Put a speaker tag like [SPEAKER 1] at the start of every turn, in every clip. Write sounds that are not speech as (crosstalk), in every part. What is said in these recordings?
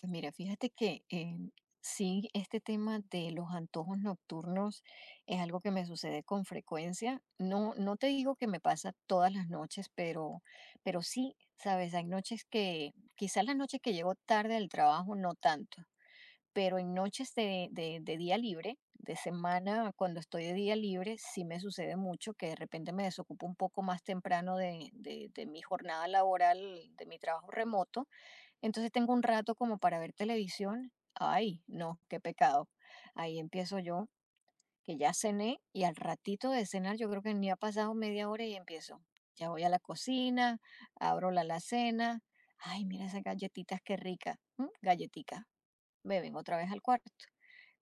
[SPEAKER 1] Pues mira, fíjate que sí, este tema de los antojos nocturnos es algo que me sucede con frecuencia. No, no te digo que me pasa todas las noches, pero sí, sabes, hay noches que, quizás las noches que llego tarde del trabajo, no tanto, pero en noches de día libre, de semana, cuando estoy de día libre, sí me sucede mucho que de repente me desocupo un poco más temprano de mi jornada laboral, de mi trabajo remoto, entonces tengo un rato como para ver televisión. Ay, no, qué pecado. Ahí empiezo yo, que ya cené y al ratito de cenar, yo creo que ni ha pasado ½ hora y empiezo. Ya voy a la cocina, abro la alacena. Ay, mira esas galletitas, qué rica. Mm, galletica. Me vengo otra vez al cuarto.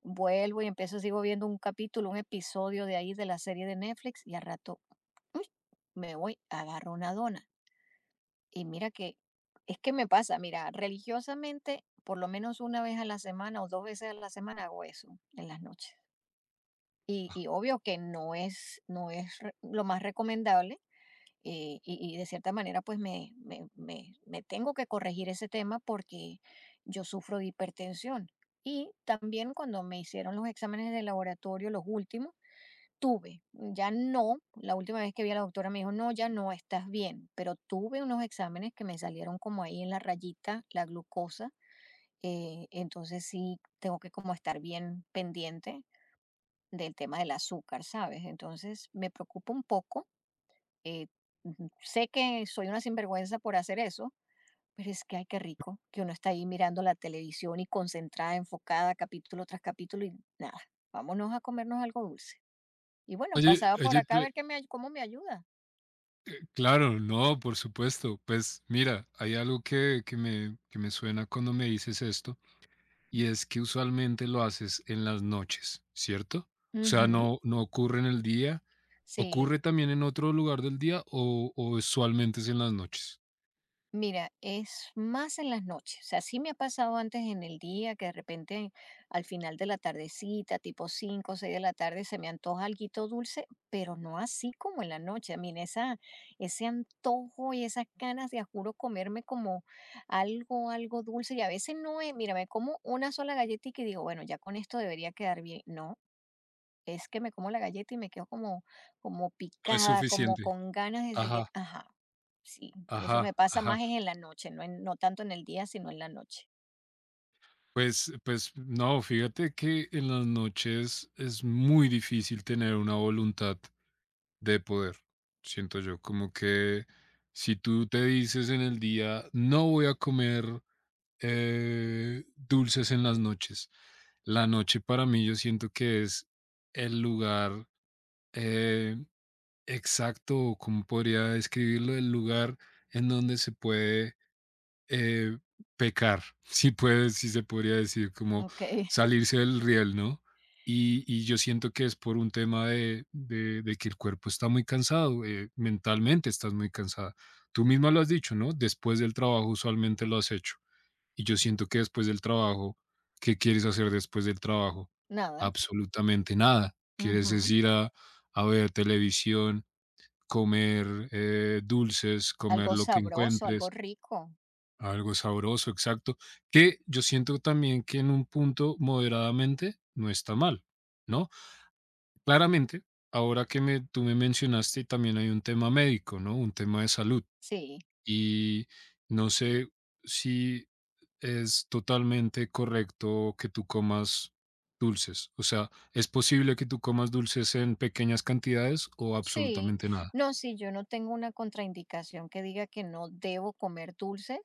[SPEAKER 1] Vuelvo y empiezo, sigo viendo un capítulo, un episodio de ahí de la serie de Netflix y al rato, uy, me voy, agarro una dona y mira que es que me pasa, mira, religiosamente, por lo menos una vez a la semana o dos veces a la semana hago eso en las noches. Y obvio que no es, lo más recomendable. Y de cierta manera, pues me tengo que corregir ese tema porque yo sufro de hipertensión. Y también cuando me hicieron los exámenes de laboratorio, los últimos, Tuve, mm, ya no, la última vez que vi a la doctora me dijo, no, ya no estás bien, pero tuve unos exámenes que me salieron como ahí en la rayita, la glucosa. Entonces sí tengo que como estar bien pendiente del tema del azúcar, ¿sabes? Entonces me preocupa un poco. eh, Ujú, sé que soy una sinvergüenza por hacer eso, pero es que ay, qué rico, que uno está ahí mirando la televisión y concentrada, enfocada, capítulo tras capítulo y nada, vámonos a comernos algo dulce. Y bueno,
[SPEAKER 2] Oye
[SPEAKER 1] pasaba por
[SPEAKER 2] oye,
[SPEAKER 1] acá a
[SPEAKER 2] pe
[SPEAKER 1] ver qué me, cómo me ayuda.
[SPEAKER 2] claro, no, por supuesto. Pues mira, hay algo que me que me suena cuando me dices esto, y es que usualmente lo haces en las noches, ¿cierto? O sea,
[SPEAKER 1] Ujú.
[SPEAKER 2] no ocurre en el día,
[SPEAKER 1] Sí,
[SPEAKER 2] ¿ocurre también en otro lugar del día o usualmente es en las noches?
[SPEAKER 1] mira, es más en las noches. O sea, sí me ha pasado antes en el día que de repente al final de la tardecita, tipo 5, o 6 de la tarde, se me antoja alguito dulce, pero no así como en la noche. A mí esa, ese antojo y esas ganas de, a juro, comerme como algo, algo dulce. Y a veces no es, mira, me como una sola galletita y digo, bueno, ya con esto debería quedar bien. No, es que me como la galleta y me quedo como, como
[SPEAKER 2] No es
[SPEAKER 1] picada, como
[SPEAKER 2] suficiente.
[SPEAKER 1] con ganas de seguir.
[SPEAKER 2] Ajá,
[SPEAKER 1] Ajá, sí, eso me
[SPEAKER 2] ajá,
[SPEAKER 1] pasa
[SPEAKER 2] ajá.
[SPEAKER 1] más es en la noche, no, no tanto en el día, sino en la noche.
[SPEAKER 2] Pues no, fíjate que en las noches es muy difícil tener una voluntad de poder, siento yo, como que si tú te dices en el día, no voy a comer dulces en las noches, la noche para mí yo siento que es el lugar, eh, exacto, o como podría describirlo, el lugar en donde se puede, eh, pecar, si puede, si se podría decir, como
[SPEAKER 1] Ok, (laughs)
[SPEAKER 2] salirse del riel, ¿no? Y yo siento que es por un tema de, de que el cuerpo está muy cansado, mentalmente estás muy cansada. Tú misma lo has dicho, ¿no? Después del trabajo usualmente lo has hecho. Y yo siento que después del trabajo, ¿qué quieres hacer después del trabajo?
[SPEAKER 1] nada.
[SPEAKER 2] Absolutamente nada. Quieres es
[SPEAKER 1] Ujú.
[SPEAKER 2] ir a ver televisión, comer dulces, comer
[SPEAKER 1] Algo
[SPEAKER 2] lo que
[SPEAKER 1] sabroso, algo
[SPEAKER 2] encuentres
[SPEAKER 1] rico.
[SPEAKER 2] algo sabroso, exacto. Que yo siento también que en un punto moderadamente no está mal, ¿no? Claramente, ahora que me, tú me mencionaste, también hay un tema médico, ¿no? Un tema de salud.
[SPEAKER 1] Sí.
[SPEAKER 2] Y no sé si es totalmente correcto que tú comas dulces. O sea, ¿es posible que tú comas dulces en pequeñas cantidades o
[SPEAKER 1] Sí,
[SPEAKER 2] absolutamente nada?
[SPEAKER 1] no, sí, yo no tengo una contraindicación que diga que no debo comer dulces.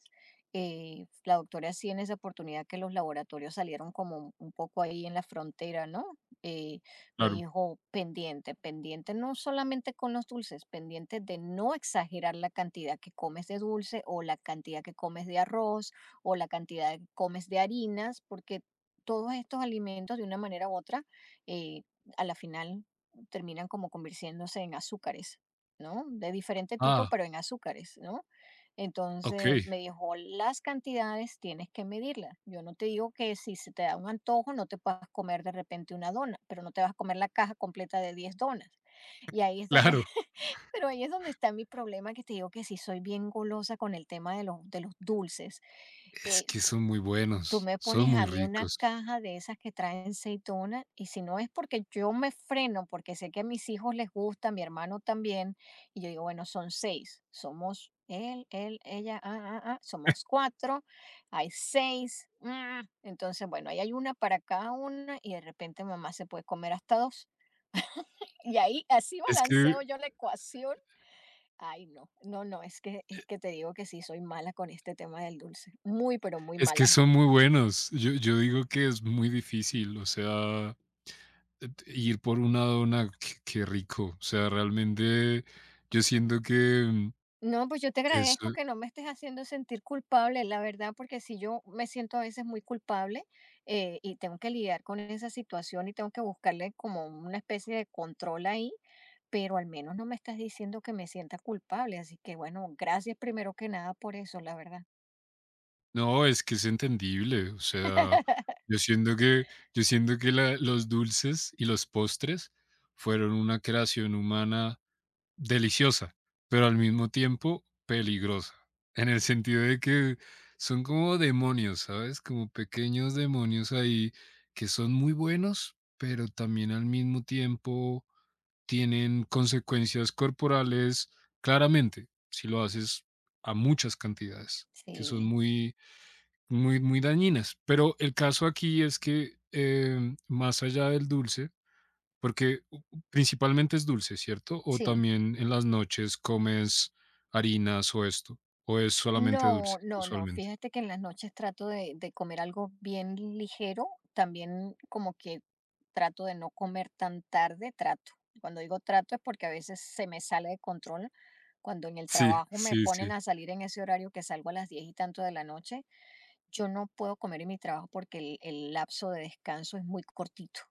[SPEAKER 1] La doctora sí en esa oportunidad que los laboratorios salieron como un poco ahí en la frontera, ¿no? Eh, Me
[SPEAKER 2] Claro.
[SPEAKER 1] dijo pendiente, pendiente no solamente con los dulces, pendiente de no exagerar la cantidad que comes de dulce o la cantidad que comes de arroz o la cantidad que comes de harinas, porque todos estos alimentos de una manera u otra… eh, a la final terminan como convirtiéndose en azúcares, ¿no? De diferente tipo,
[SPEAKER 2] Ah,
[SPEAKER 1] pero en azúcares, ¿no?
[SPEAKER 2] ok,
[SPEAKER 1] Entonces
[SPEAKER 2] (laughs)
[SPEAKER 1] me dijo, las cantidades tienes que medirlas. Yo no te digo que si se te da un antojo no te puedas comer de repente una dona, pero no te vas a comer la caja completa de 10 donas. Y ahí es donde,
[SPEAKER 2] claro.
[SPEAKER 1] (laughs) pero ahí es donde está mi problema, que te digo que si soy bien golosa con el tema de los dulces.
[SPEAKER 2] Es
[SPEAKER 1] eh,
[SPEAKER 2] que son muy
[SPEAKER 1] Tú
[SPEAKER 2] buenos,
[SPEAKER 1] me
[SPEAKER 2] son
[SPEAKER 1] pones a
[SPEAKER 2] muy
[SPEAKER 1] mí una
[SPEAKER 2] ricos.
[SPEAKER 1] caja de esas que traen aceitunas y si no es porque yo me freno, porque sé que a mis hijos les gusta, a mi hermano también, y yo digo, bueno, son seis, somos él, él, ella, ah, ah, ah, somos cuatro, hay seis, ah. Entonces bueno, ahí hay una para cada una y de repente mamá se puede comer hasta dos. Y ahí así
[SPEAKER 2] Es que
[SPEAKER 1] balanceo yo la ecuación. Ay, no, no, no, es que te digo que sí, soy mala con este tema del dulce, muy, pero muy
[SPEAKER 2] es que
[SPEAKER 1] mala.
[SPEAKER 2] son muy buenos. Yo digo que es muy difícil, o sea, et ir por una dona, qué rico. O sea, realmente yo siento que,
[SPEAKER 1] No, pues yo te
[SPEAKER 2] eso
[SPEAKER 1] agradezco que no me estés haciendo sentir culpable, la verdad, porque si yo me siento a veces muy culpable. Y tengo que lidiar con esa situación y tengo que buscarle como una especie de control ahí, pero al menos no me estás diciendo que me sienta culpable, así que bueno, gracias primero que nada por eso, la verdad.
[SPEAKER 2] no, es que es entendible. O sea,
[SPEAKER 1] (laughs)
[SPEAKER 2] yo siento que yo siento que la los dulces y los postres fueron una creación humana deliciosa, pero al mismo tiempo peligrosa, en el sentido de que son como demonios, ¿sabes? Como pequeños demonios ahí que son muy buenos, pero también al mismo tiempo tienen consecuencias corporales claramente, si lo haces a muchas cantidades, que son
[SPEAKER 1] Sí,
[SPEAKER 2] muy, muy, muy dañinas. Pero el caso aquí es que, más allá del dulce, porque u principalmente es dulce, ¿cierto? ¿O
[SPEAKER 1] sí.
[SPEAKER 2] también en las noches comes harinas o esto? ¿O es solamente dulce,
[SPEAKER 1] No, no, no.
[SPEAKER 2] usualmente?
[SPEAKER 1] Fíjate que en las noches trato de comer algo bien ligero. También como que trato de no comer tan tarde, trato. Cuando digo trato es porque a veces se me sale de control. Cuando en el
[SPEAKER 2] Sí,
[SPEAKER 1] trabajo me
[SPEAKER 2] sí,
[SPEAKER 1] ponen
[SPEAKER 2] sí.
[SPEAKER 1] a salir en ese horario que salgo a las diez y tanto de la noche, yo no puedo comer en mi trabajo porque el lapso de descanso es muy cortito.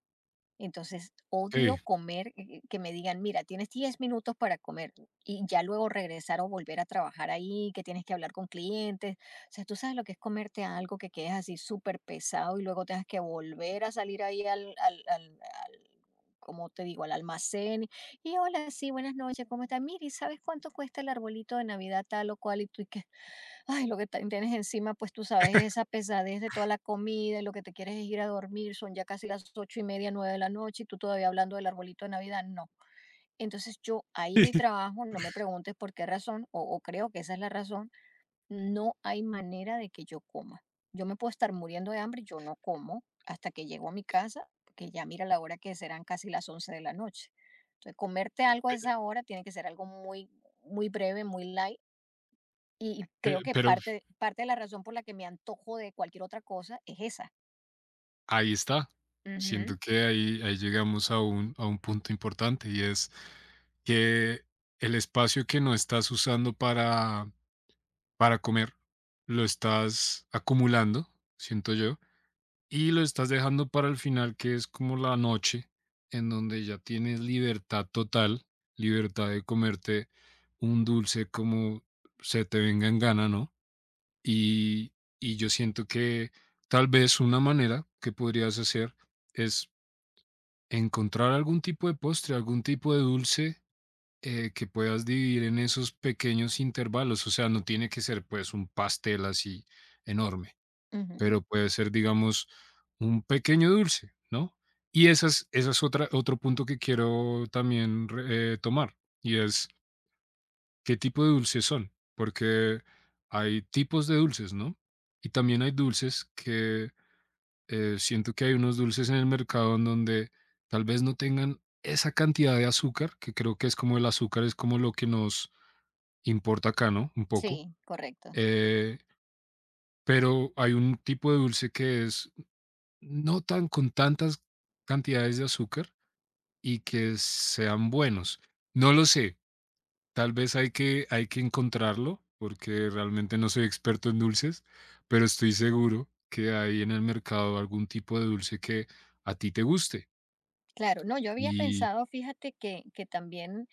[SPEAKER 1] Entonces, odio
[SPEAKER 2] Okey.
[SPEAKER 1] comer, que me digan, mira, tienes 10 minutos para comer y ya luego regresar o volver a trabajar ahí, que tienes que hablar con clientes. O sea, tú sabes lo que es comerte algo que quedes así súper pesado y luego tengas que volver a salir ahí al- como te digo, al almacén. Y hola, sí, buenas noches, ¿cómo estás? Mira, ¿y sabes cuánto cuesta el arbolito de Navidad tal o cual? Y tú, ¿qué? Ay, lo que tienes encima, pues tú sabes, es esa pesadez de toda la comida y lo que te quieres es ir a dormir. Son ya casi las ocho y media, nueve de la noche y tú todavía hablando del arbolito de Navidad. No. Entonces yo ahí mi
[SPEAKER 2] (laughs)
[SPEAKER 1] trabajo, no me preguntes por qué razón, o creo que esa es la razón, no hay manera de que yo coma. Yo me puedo estar muriendo de hambre, yo no como hasta que llego a mi casa, porque ya mira la hora que serán casi las once de la noche. Entonces comerte algo a esa hora tiene que ser algo muy, muy breve, muy light y creo
[SPEAKER 2] Pe
[SPEAKER 1] que
[SPEAKER 2] pero
[SPEAKER 1] parte de la razón por la que me antojo de cualquier otra cosa es esa.
[SPEAKER 2] ahí está.
[SPEAKER 1] Ujú,
[SPEAKER 2] Siento que ahí llegamos a un punto importante, y es que el espacio que no estás usando para comer, lo estás acumulando, siento yo, y lo estás dejando para el final, que es como la noche, en donde ya tienes libertad total, libertad de comerte un dulce como se te venga en gana, ¿no? Y, y yo siento que tal vez una manera que podrías hacer es encontrar algún tipo de postre, algún tipo de dulce, que puedas dividir en esos pequeños intervalos. O sea, no tiene que ser pues un pastel así enorme,
[SPEAKER 1] ujú.
[SPEAKER 2] pero puede ser, digamos, un pequeño dulce, ¿no? Y esa es otra otro punto que quiero también re tomar, y es, ¿qué tipo de dulces son? Porque hay tipos de dulces, ¿no? Y también hay dulces que, siento que hay unos dulces en el mercado en donde tal vez no tengan esa cantidad de azúcar, que creo que es como el azúcar es como lo que nos importa acá, ¿no? Un poco,
[SPEAKER 1] Sí, correcto.
[SPEAKER 2] eh, pero hay un tipo de dulce que es no tan con tantas cantidades de azúcar y que sean buenos. No lo sé, tal vez hay que encontrarlo, porque realmente no soy experto en dulces, pero estoy seguro que hay en el mercado algún tipo de dulce que a ti te guste
[SPEAKER 1] Claro, no, yo había
[SPEAKER 2] y
[SPEAKER 1] pensado, fíjate que también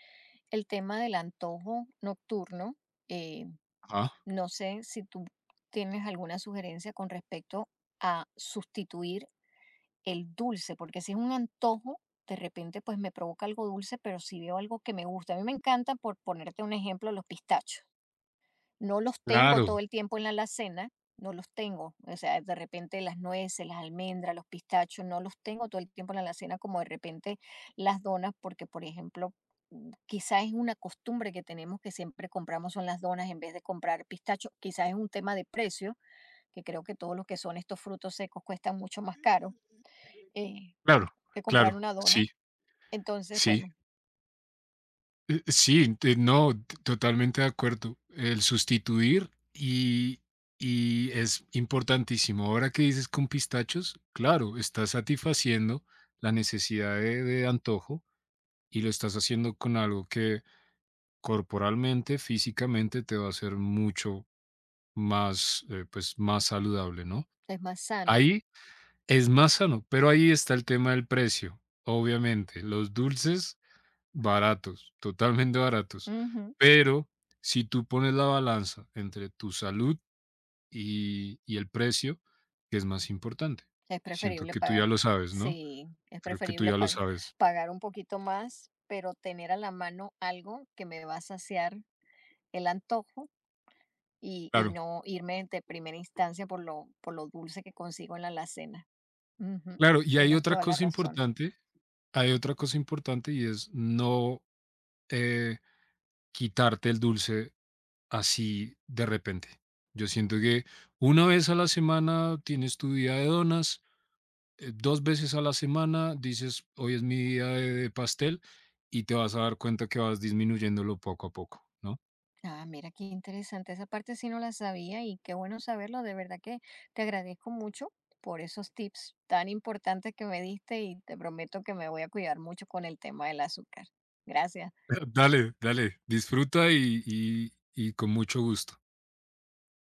[SPEAKER 1] el tema del antojo nocturno, eh,
[SPEAKER 2] ajá,
[SPEAKER 1] no sé si tú tienes alguna sugerencia con respecto a sustituir el dulce, porque si es un antojo, de repente, pues, me provoca algo dulce, pero si veo algo que me gusta. A mí me encantan, por ponerte un ejemplo, los pistachos. No los tengo todo
[SPEAKER 2] claro,
[SPEAKER 1] el tiempo en la alacena, no los tengo. O sea, de repente las nueces, las almendras, los pistachos, no los tengo todo el tiempo en la alacena como de repente las donas, porque por ejemplo, mm, quizás es una costumbre que tenemos que siempre compramos son las donas en vez de comprar pistachos. Quizás es un tema de precio, que creo que todos los que son estos frutos secos cuestan mucho más caro eh,
[SPEAKER 2] claro,
[SPEAKER 1] que comprar
[SPEAKER 2] claro,
[SPEAKER 1] una
[SPEAKER 2] sí,
[SPEAKER 1] dona. Entonces,
[SPEAKER 2] sí.
[SPEAKER 1] bueno,
[SPEAKER 2] Sí, no, totalmente de acuerdo. El sustituir y es importantísimo. Ahora que dices con pistachos, claro, estás satisfaciendo la necesidad de antojo y lo estás haciendo con algo que corporalmente, físicamente te va a hacer mucho más, pues, más saludable, ¿no?
[SPEAKER 1] es más sano, ¿no?
[SPEAKER 2] Ahí es más sano, pero ahí está el tema del precio. Obviamente, los dulces baratos, totalmente baratos.
[SPEAKER 1] Ujú.
[SPEAKER 2] Pero si tú pones la balanza entre tu salud y el precio, ¿qué es más importante?
[SPEAKER 1] Es
[SPEAKER 2] Y siento
[SPEAKER 1] preferible
[SPEAKER 2] que tú ya
[SPEAKER 1] pagar.
[SPEAKER 2] lo sabes, ¿no?
[SPEAKER 1] Sí, es
[SPEAKER 2] Creo que tú
[SPEAKER 1] preferible
[SPEAKER 2] ya lo
[SPEAKER 1] pa
[SPEAKER 2] sabes.
[SPEAKER 1] pagar un poquito más, pero tener a la mano algo que me va a saciar el antojo y
[SPEAKER 2] Claro,
[SPEAKER 1] no irme de primera instancia por lo dulce que consigo en la alacena. Ujú,
[SPEAKER 2] claro. Y hay
[SPEAKER 1] tienes
[SPEAKER 2] otra
[SPEAKER 1] toda la
[SPEAKER 2] cosa
[SPEAKER 1] razón.
[SPEAKER 2] importante, hay otra cosa importante y es no, eh, quitarte el dulce así de repente. Yo siento que una vez a la semana tienes tu día de donas, 2 veces a la semana dices: "Hoy es mi día de pastel", y te vas a dar cuenta que vas disminuyéndolo poco a poco, ¿no?
[SPEAKER 1] Ah, mira, qué interesante, esa parte sí no la sabía y qué bueno saberlo, de verdad que te agradezco mucho por esos tips tan importantes que me diste y te prometo que me voy a cuidar mucho con el tema del azúcar. Gracias.
[SPEAKER 2] (laughs) Dale, dale, disfruta y y con mucho gusto.